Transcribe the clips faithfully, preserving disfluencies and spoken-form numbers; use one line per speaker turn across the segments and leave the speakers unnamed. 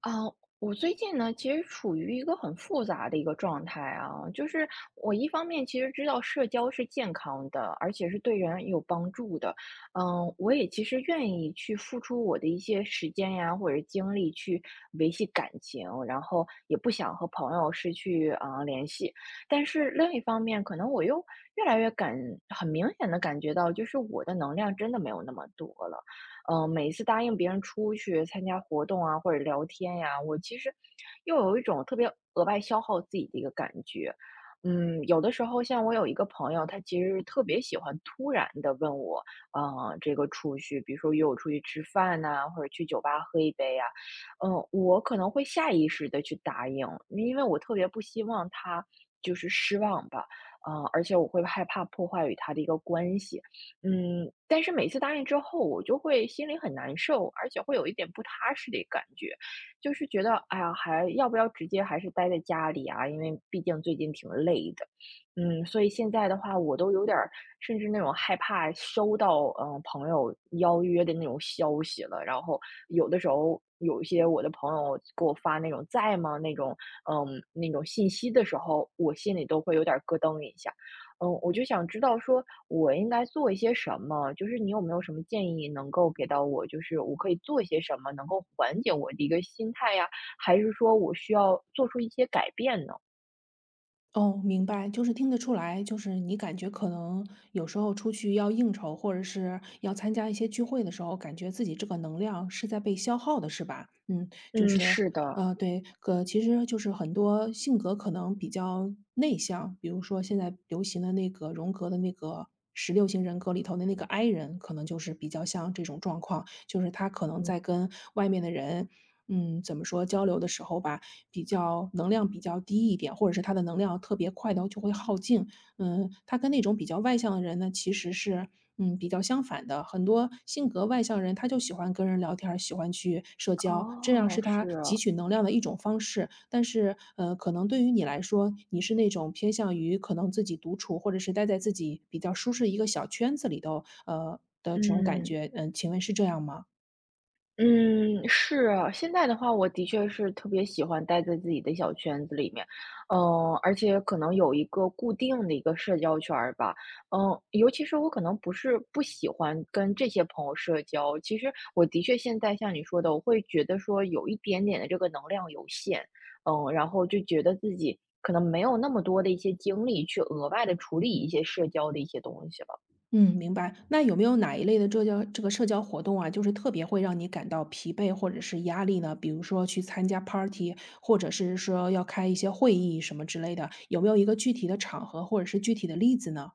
啊，我最近呢，其实处于一个很复杂的一个状态啊，就是我一方面其实知道社交是健康的，而且是对人有帮助的，嗯，我也其实愿意去付出我的一些时间呀，或者精力去维系感情，然后也不想和朋友失去啊，联系。但是另一方面，可能我又越来越感，很明显的感觉到，就是我的能量真的没有那么多了。嗯，每一次答应别人出去参加活动啊，或者聊天呀，我其实又有一种特别额外消耗自己的一个感觉。嗯，有的时候像我有一个朋友，他其实特别喜欢突然的问我，呃，这个出去，比如说约我出去吃饭呐、或者去酒吧喝一杯呀、嗯，我可能会下意识的去答应，因为我特别不希望他就是失望吧，呃，而且我会害怕破坏与他的一个关系。嗯，但是每次答应之后，我就会心里很难受，而且会有一点不踏实的感觉，就是觉得，哎呀，还要不要直接还是待在家里啊？因为毕竟最近挺累的，嗯，所以现在的话，我都有点儿，甚至那种害怕收到嗯、呃朋友邀约的那种消息了。然后有的时候有一些我的朋友给我发那种在吗那种嗯那种信息的时候，我心里都会有点儿咯噔一下。嗯，我就想知道说我应该做一些什么，就是你有没有什么建议能够给到我，就是我可以做一些什么能够缓解我的一个心态呀，还是说我需要做出一些改变呢？
哦，明白，就是听得出来，就是你感觉可能有时候出去要应酬，或者是要参加一些聚会的时候，感觉自己这个能量是在被消耗的，是吧？嗯，就
嗯，
是，
是的。
呃，对，可其实就是很多性格可能比较内向，比如说现在流行的那个荣格的那个十六型人格里头的那个 I 人，可能就是比较像这种状况，就是他可能在跟外面的人，嗯，怎么说交流的时候吧，比较能量比较低一点，或者是他的能量特别快的就会耗尽。嗯，他跟那种比较外向的人呢，其实是嗯比较相反的。很多性格外向人，他就喜欢跟人聊天儿喜欢去社交，这样是
哦，
他
是
汲
啊，
取能量的一种方式。但是，呃，可能对于你来说，你是那种偏向于可能自己独处，或者是待在自己比较舒适一个小圈子里头，呃的这种感
嗯。
觉。嗯，请问是这样吗？
嗯，是啊，现在的话，我的确是特别喜欢待在自己的小圈子里面，嗯，而且可能有一个固定的一个社交圈儿吧，嗯，尤其是我可能不是不喜欢跟这些朋友社交，其实我的确现在像你说的，我会觉得说有一点点的这个能量有限，嗯，然后就觉得自己可能没有那么多的一些精力去额外的处理一些社交的一些东西了。
嗯，明白。那有没有哪一类的社交这个社交活动啊，就是特别会让你感到疲惫或者是压力呢？比如说去参加 party,或者是说要开一些会议什么之类的，有没有一个具体的场合或者是具体的例子呢？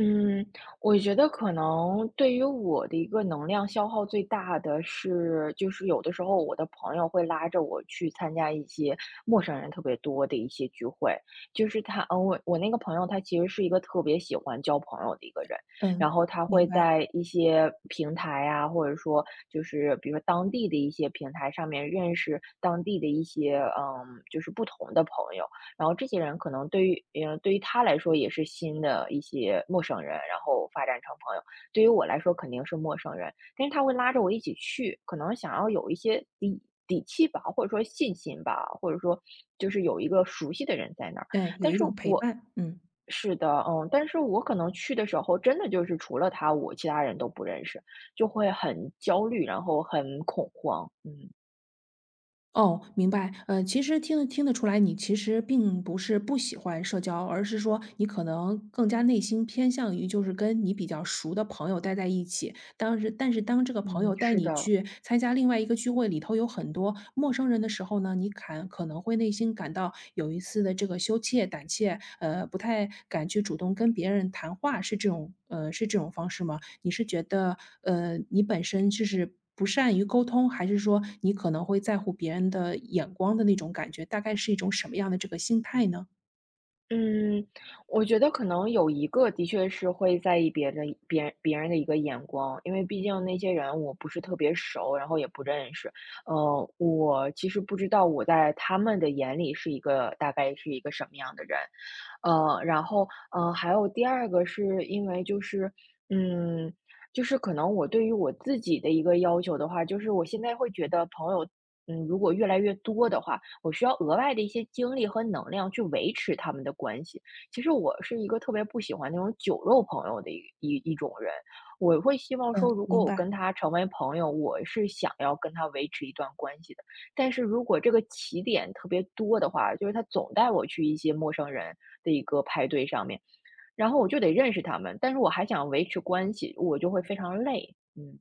嗯，我觉得可能对于我的一个能量消耗最大的是，就是有的时候我的朋友会拉着我去参加一些陌生人特别多的一些聚会。就是他，嗯，我我那个朋友他其实是一个特别喜欢交朋友的一个人，
嗯，
然后他
明
会
白。
在一些平台啊，或者说就是比如说当地的一些平台上面认识当地的一些，嗯，就是不同的朋友。然后这些人可能对于呃，对于他来说也是新的一些陌生人，然后发展成朋友。对于我来说肯定是陌生人，但是他会拉着我一起去，可能想要有一些底底气吧，或者说信心吧，或者说就是有一个熟悉的人在那儿。
哎，有
但
一
是
种陪
我
伴，嗯。
是的，嗯，但是我可能去的时候，真的就是除了他，我其他人都不认识，就会很焦虑，然后很恐慌。嗯。
哦，明白。呃，其实听得听得出来，你其实并不是不喜欢社交，而是说你可能更加内心偏向于就是跟你比较熟的朋友待在一起，当时但是当这个朋
嗯，
友带
是
你
的。
去参加另外一个聚会，里头有很多陌生人的时候呢，你感可能会内心感到有一丝的这个羞怯、胆怯，呃，不太敢去主动跟别人谈话，是这种呃，是这种方式吗？你是觉得，呃，你本身就是不善于沟通，还是说你可能会在乎别人的眼光的那种感觉，大概是一种什么样的这个心态呢？
嗯，我觉得可能有一个的确是会在意别的别人别人的一个眼光，因为毕竟那些人我不是特别熟，然后也不认识。呃，我其实不知道我在他们的眼里是一个大概是一个什么样的人，呃，然后，呃，还有第二个是因为就是，嗯，就是可能我对于我自己的一个要求的话，就是我现在会觉得朋友，嗯，如果越来越多的话，我需要额外的一些精力和能量去维持他们的关系。其实我是一个特别不喜欢那种酒肉朋友的一一一种人，我会希望
嗯，
说，如
明
果我
白。
跟他成为朋友，我是想要跟他维持一段关系的。但是如果这个起点特别多的话，就是他总带我去一些陌生人的一个派对上面，然后我就得认识他们，但是我还想维持关系，我就会非常累。嗯。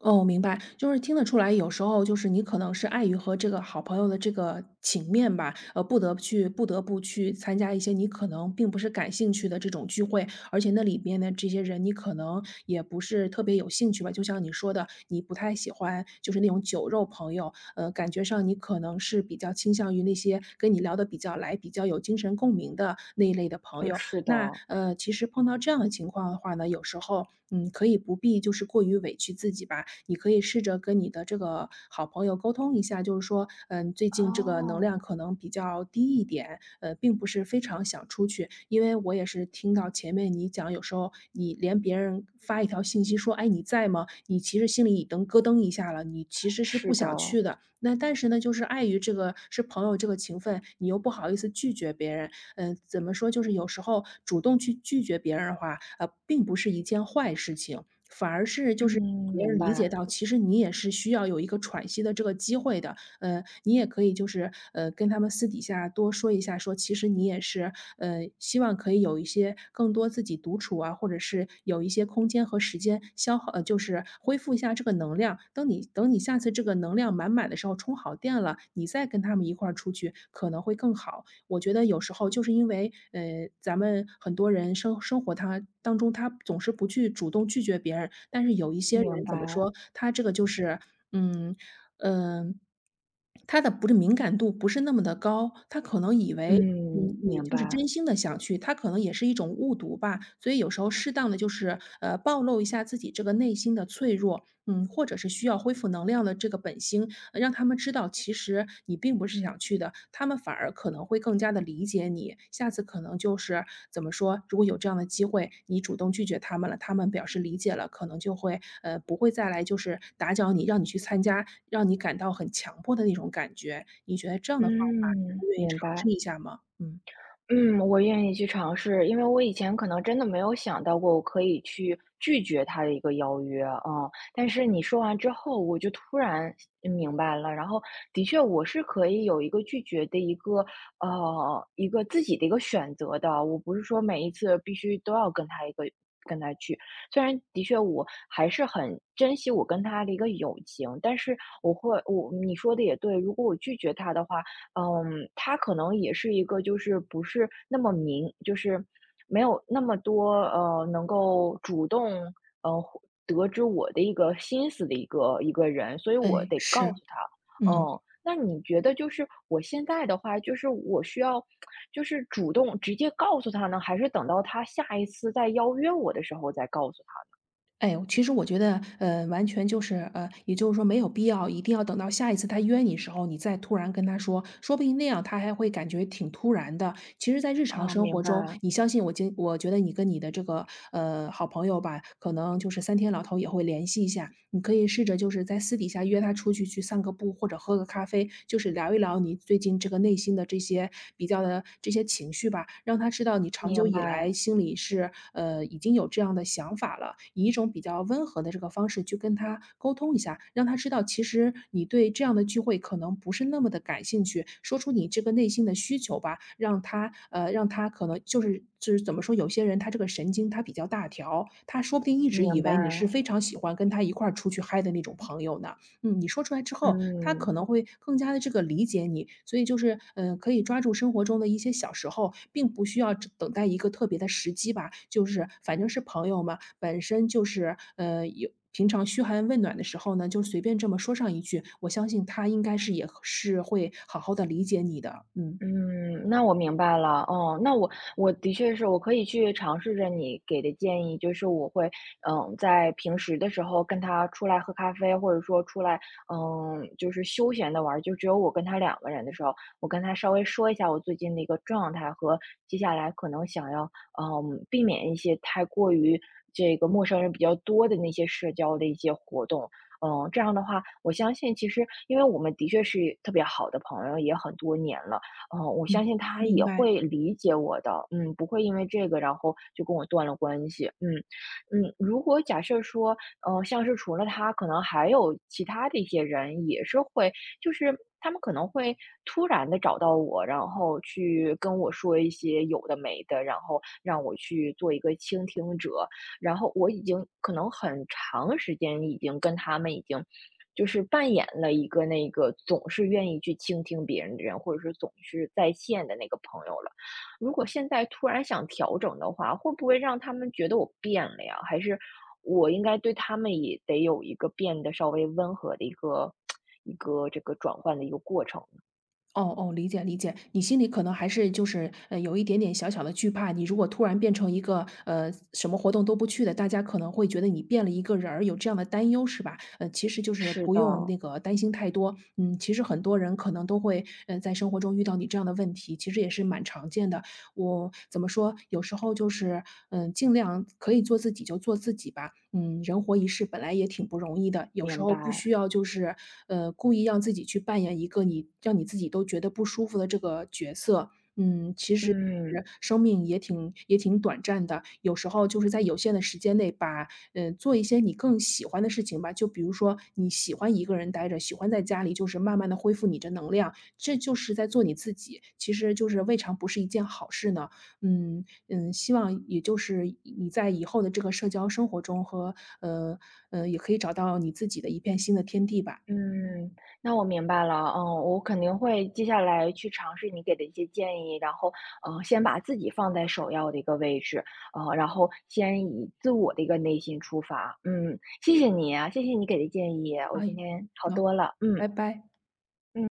哦，明白，就是听得出来，有时候就是你可能是碍于和这个好朋友的这个情面吧，呃，不得不去不得不去参加一些你可能并不是感兴趣的这种聚会，而且那里边的这些人你可能也不是特别有兴趣吧。就像你说的，你不太喜欢就是那种酒肉朋友，呃，感觉上你可能是比较倾向于那些跟你聊得比较来、比较有精神共鸣的那一类的朋
嗯，
友。
是的。
那呃，其实碰到这样的情况的话呢，有时候嗯，可以不必就是过于委屈自己吧，你可以试着跟你的这个好朋友沟通一下，就是说，嗯，最近这个能
哦，
量可能比较低一点，呃，并不是非常想出去。因为我也是听到前面你讲，有时候你连别人发一条信息说，哎，你在吗？你其实心里已经咯噔一下了，你其实是不
是的。
想去的，那但是呢，就是碍于这个是朋友这个情分，你又不好意思拒绝别人。嗯，怎么说，就是有时候主动去拒绝别人的话，呃，并不是一件坏事情，反而是就是
嗯，
别
明
人理解
白。
到，其实你也是需要有一个喘息的这个机会的。呃，你也可以就是呃跟他们私底下多说一下，说其实你也是呃，希望可以有一些更多自己独处啊，或者是有一些空间和时间消耗呃，就是恢复一下这个能量。等你等你下次这个能量满满的时候，充好电了，你再跟他们一块儿出去可能会更好。我觉得有时候就是因为，呃，咱们很多人生生活他当中，他总是不去主动拒绝别人，但是有一些
明
人怎么
白。
说，他这个就是，嗯，嗯，他的不是敏感度不是那么的高，他可能以为你
嗯，
你
明
就是
白。
真心的想去，它可能也是一种误读吧。所以有时候适当的就是，呃，暴露一下自己这个内心的脆弱，嗯，或者是需要恢复能量的这个本心，呃让他们知道其实你并不是想去的，他们反而可能会更加的理解你。下次可能就是怎么说，如果有这样的机会，你主动拒绝他们了，他们表示理解了，可能就会，呃，不会再来就是打搅你，让你去参加，让你感到很强迫的那种感觉。你觉得这样的方法，
嗯，
你愿意尝
明
试
白。
一下吗？嗯。
嗯，我愿意去尝试，因为我以前可能真的没有想到过我可以去拒绝他的一个邀约啊，嗯，但是你说完之后，我就突然嗯明白了，然后的确我是可以有一个拒绝的一个呃一个自己的一个选择的，我不是说每一次必须都要跟他一个跟他去，虽然的确我还是很珍惜我跟他的一个友情，但是我会我你说的也对，如果我拒绝他的话。嗯，他可能也是一个就是不是那么明就是没有那么多，呃，能够主动，呃，得知我的一个心思的一个一个人，所以我
哎，
得告
是，
诉他。
嗯。
嗯，那你觉得就是我现在的话，就是我需要就是主动直接告诉他呢，还是等到他下一次再邀约我的时候再告诉
哎，其实我觉得，呃，完全就是，呃，也就是说没有必要，一定要等到下一次他约你时候，你再突然跟他说，说不定那样他还会感觉挺突然的。其实，在日
他？
常
啊，
生活
明白。
中，你相信我经，我觉得你跟你的这个呃好朋友吧，可能就是三天两头也会联系一下。你可以试着就是在私底下约他出去去散个步，或者喝个咖啡，就是聊一聊你最近这个内心的这些比较的这些情绪吧，让他知道你长久
明
以来
白。
心里是呃已经有这样的的想法了，以一种比较温和的这个方式去跟他沟通一下，让他知道其实你对这样的聚会可能不是那么的感兴趣，说出你这个内心的需求吧，让他呃，让他可能就是就是怎么说，有些人他这个神经他比较大条，他说不定一直以
明白。
为你是非常喜欢跟他一块儿出去嗨的那种朋友呢。嗯，你说出来之后，他可
嗯。
能会更加的这个理解你，所以就是，呃，可以抓住生活中的一些小时候，并不需要只等待一个特别的时机吧。就是反正是朋友嘛，本身就是，呃，有平常嘘寒问暖的时候呢，就随便这么说上一句，我相信他应该是也是会好好的理解你的，嗯。
嗯，那我明白了。哦，那我我的确是我可以去尝试着你给的建议，就是我会，嗯，在平时的时候跟他出来喝咖啡，或者说出来，嗯，就是休闲的玩儿，就只有我跟他两个人的时候，我跟他稍微说一下我最近的一个状态和接下来可能想要，嗯，避免一些太过于这个陌生人比较多的那些社交的一些活动。嗯，这样的话，我相信其实因为我们的确是特别好的朋友，也很多年了。嗯呃，我相
嗯，
信他
明
也
白。
会理解我的，嗯，不会因为这个然后就跟我断了关系。嗯。嗯。如果假设说，呃，像是除了他，可能还有其他的一些人也是会，就是他们可能会突然的找到我，然后去跟我说一些有的没的，然后让我去做一个倾听者，然后我已经可能很长时间已经跟他们已经就是扮演了一个那个总是愿意去倾听别人的人，或者是总是在线的那个朋友了。如果现在突然想调整的话，会不会让他们觉得我变了呀？还是我应该对他们也得有一个变得稍微温和的一个 一个这个转换的一个过程呢？
哦哦，理解理解，你心里可能还是就是，呃，有一点点小小的惧怕，你如果突然变成一个，呃，什么活动都不去的，大家可能会觉得你变了一个人儿，有这样的担忧是吧？呃，其实就是
是
不用
的，
那个担心太多，嗯，其实很多人可能都会，呃，在生活中遇到你这样的问题，其实也是蛮常见的。我怎么说，有时候就是，嗯，尽量可以做自己就做自己吧。嗯，人活一世本来也挺不容易的，有时
明
候不需
白。
要就是，呃，故意让自己去扮演一个你让你自己都觉得不舒服的这个角色。嗯，其实是
嗯。
生命也挺也挺短暂的，有时候就是在有限的时间内把，嗯做一些你更喜欢的事情吧。就比如说你喜欢一个人待着，喜欢在家里，就是慢慢的恢复你的能量。这就是在做你自己，其实就是未尝不是一件好事呢。嗯嗯，希望也就是你在以后的这个社交生活中和呃呃，也可以找到你自己的一片新的天地吧。
嗯，那我明白了，嗯，我肯定会接下来去尝试你给的一些建议，然后，嗯，先把自己放在首要的一个位置，呃，然后先以自我的一个内心出发，嗯，谢谢你啊，谢谢你给的建议，我
哎，
今天好
好，
多了，嗯。
拜拜。
嗯。